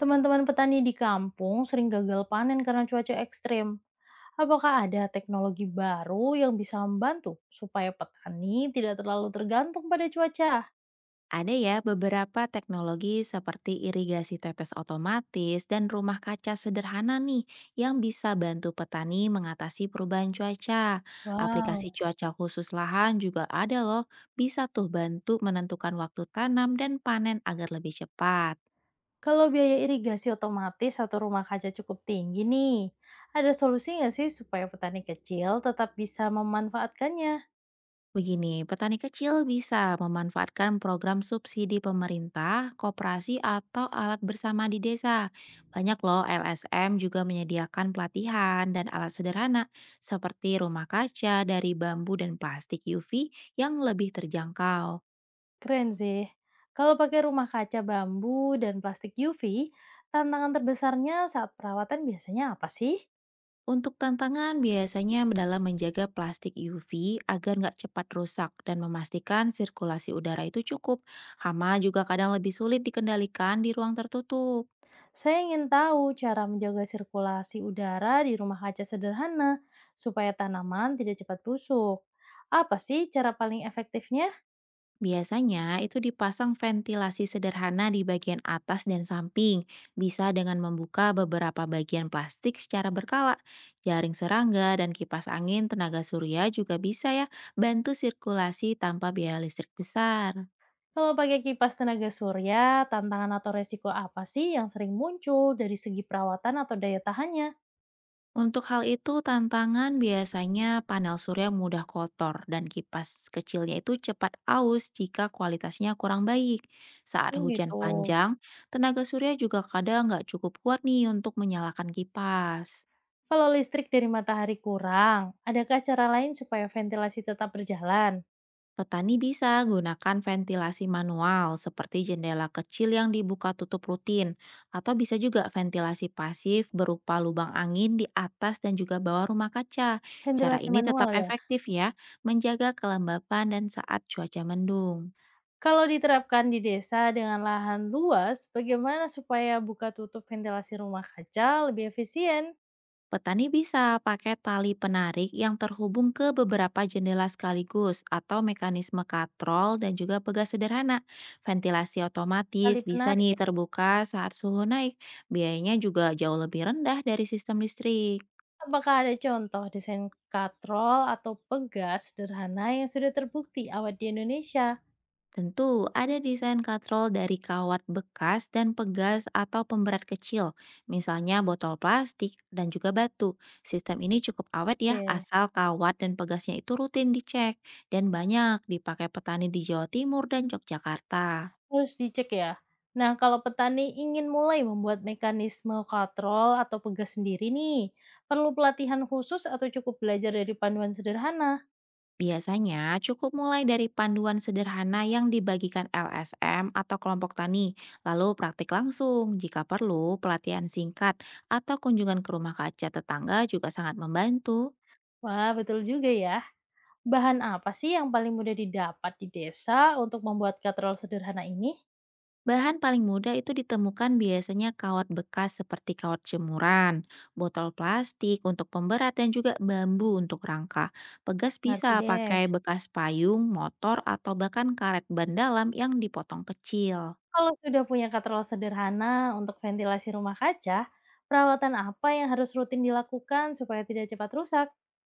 Teman-teman petani di kampung sering gagal panen karena cuaca ekstrim. Apakah ada teknologi baru yang bisa membantu supaya petani tidak terlalu tergantung pada cuaca? Ada ya beberapa teknologi seperti irigasi tetes otomatis dan rumah kaca sederhana nih yang bisa bantu petani mengatasi perubahan cuaca. Aplikasi Wow, cuaca khusus lahan juga ada loh, bisa tuh bantu menentukan waktu tanam dan panen agar lebih cepat. kalau biaya irigasi otomatis atau rumah kaca cukup tinggi nih, ada solusi nggak sih supaya petani kecil tetap bisa memanfaatkannya? Begini, petani kecil bisa memanfaatkan program subsidi pemerintah, koperasi, atau alat bersama di desa. Banyak loh LSM juga menyediakan pelatihan dan alat sederhana seperti rumah kaca dari bambu dan plastik UV yang lebih terjangkau. Keren sih. Kalau pakai rumah kaca bambu dan plastik UV, tantangan terbesarnya saat perawatan biasanya apa sih? Untuk tantangan biasanya dalam menjaga plastik UV agar nggak cepat rusak dan memastikan sirkulasi udara itu cukup. Hama juga kadang lebih sulit dikendalikan di ruang tertutup. Saya ingin tahu cara menjaga sirkulasi udara di rumah kaca sederhana supaya tanaman tidak cepat busuk. Apa sih cara paling efektifnya? Biasanya itu dipasang ventilasi sederhana di bagian atas dan samping, bisa dengan membuka beberapa bagian plastik secara berkala. Jaring serangga dan kipas angin tenaga surya juga bisa ya bantu sirkulasi tanpa biaya listrik besar. Kalau pakai kipas tenaga surya, tantangan atau resiko apa sih yang sering muncul dari segi perawatan atau daya tahannya? Untuk hal itu, tantangan biasanya panel surya mudah kotor dan kipas kecilnya itu cepat aus jika kualitasnya kurang baik. Saat Oh hujan gitu. panjang, tenaga surya juga kadang nggak cukup kuat nih untuk menyalakan kipas. Kalau listrik dari matahari kurang, adakah cara lain supaya ventilasi tetap berjalan? Petani bisa gunakan ventilasi manual seperti jendela kecil yang dibuka tutup rutin, atau bisa juga ventilasi pasif berupa lubang angin di atas dan juga bawah rumah kaca. Cara Ventilasi ini manual tetap ya? efektif ya, menjaga kelembapan dan saat cuaca mendung. Kalau diterapkan di desa dengan lahan luas, bagaimana supaya buka tutup ventilasi rumah kaca lebih efisien? Petani bisa pakai tali penarik yang terhubung ke beberapa jendela sekaligus atau mekanisme katrol dan juga pegas sederhana. Ventilasi Tali otomatis bisa penarik nih ya. terbuka saat suhu naik. Biayanya juga jauh lebih rendah dari sistem listrik. Apakah ada contoh desain katrol atau pegas sederhana yang sudah terbukti awet di Indonesia? Tentu, ada desain katrol dari kawat bekas dan pegas atau pemberat kecil, misalnya botol plastik dan juga batu. Sistem ini cukup awet ya, Oke, asal kawat dan pegasnya itu rutin dicek dan banyak dipakai petani di Jawa Timur dan Yogyakarta. harus dicek ya. Nah, kalau petani ingin mulai membuat mekanisme katrol atau pegas sendiri nih, perlu pelatihan khusus atau cukup belajar dari panduan sederhana? Biasanya cukup mulai dari panduan sederhana yang dibagikan LSM atau kelompok tani, lalu praktik langsung. Jika perlu, pelatihan singkat atau kunjungan ke rumah kaca tetangga juga sangat membantu. Wah, betul juga ya. Bahan apa sih yang paling mudah didapat di desa untuk membuat katrol sederhana ini? Bahan paling mudah itu ditemukan biasanya kawat bekas seperti kawat jemuran, botol plastik untuk pemberat dan juga bambu untuk rangka. Pegas bisa Ngerti deh. pakai bekas payung, motor, atau bahkan karet ban dalam yang dipotong kecil. Kalau sudah punya katrol sederhana untuk ventilasi rumah kaca, perawatan apa yang harus rutin dilakukan supaya tidak cepat rusak?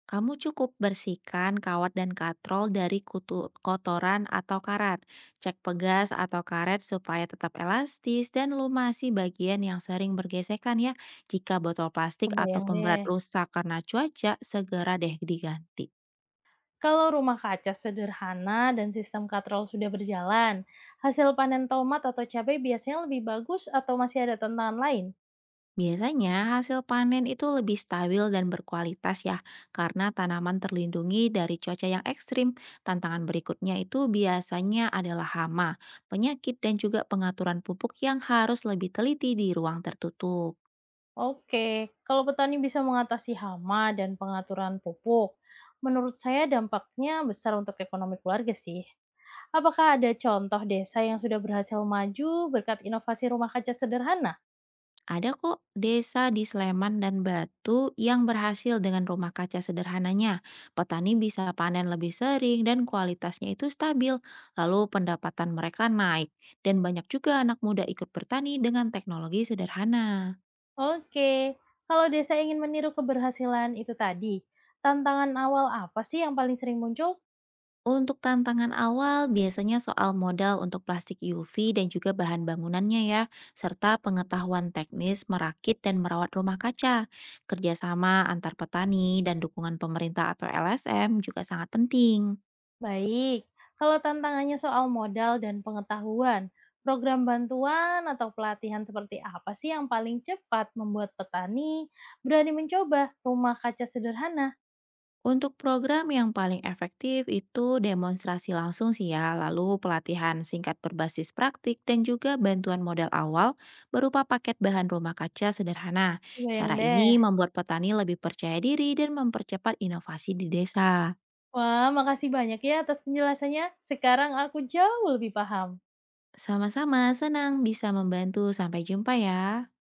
Kamu cukup bersihkan kawat dan katrol dari kutu, kotoran atau karat. Cek pegas atau karet supaya tetap elastis dan lumasi bagian yang sering bergesekan ya. Jika botol plastik atau Kebayang pemberat deh. rusak karena cuaca, segera deh diganti. Kalau rumah kaca sederhana dan sistem katrol sudah berjalan, hasil panen tomat atau cabai biasanya lebih bagus atau masih ada tantangan lain? Biasanya hasil panen itu lebih stabil dan berkualitas ya, karena tanaman terlindungi dari cuaca yang ekstrim. Tantangan berikutnya itu biasanya adalah hama, penyakit, dan juga pengaturan pupuk yang harus lebih teliti di ruang tertutup. Oke, kalau petani bisa mengatasi hama dan pengaturan pupuk, menurut saya dampaknya besar untuk ekonomi keluarga sih. Apakah ada contoh desa yang sudah berhasil maju berkat inovasi rumah kaca sederhana? Ada kok desa di Sleman dan Batu yang berhasil dengan rumah kaca sederhananya. Petani bisa panen lebih sering dan kualitasnya itu stabil. Lalu pendapatan mereka naik. Dan banyak juga anak muda ikut bertani dengan teknologi sederhana. Oke, kalau desa ingin meniru keberhasilan itu tadi, tantangan awal apa sih yang paling sering muncul? Untuk tantangan awal, biasanya soal modal untuk plastik UV dan juga bahan bangunannya ya, serta pengetahuan teknis merakit dan merawat rumah kaca. Kerjasama antar petani dan dukungan pemerintah atau LSM juga sangat penting. Baik, kalau tantangannya soal modal dan pengetahuan, program bantuan atau pelatihan seperti apa sih yang paling cepat membuat petani berani mencoba rumah kaca sederhana? Untuk program yang paling efektif itu demonstrasi langsung sih ya, lalu pelatihan singkat berbasis praktik dan juga bantuan modal awal berupa paket bahan rumah kaca sederhana. Cara Bayang ini deh. membuat petani lebih percaya diri dan mempercepat inovasi di desa. Wah, makasih banyak ya atas penjelasannya. Sekarang aku jauh lebih paham. Sama-sama senang bisa membantu. Sampai jumpa ya.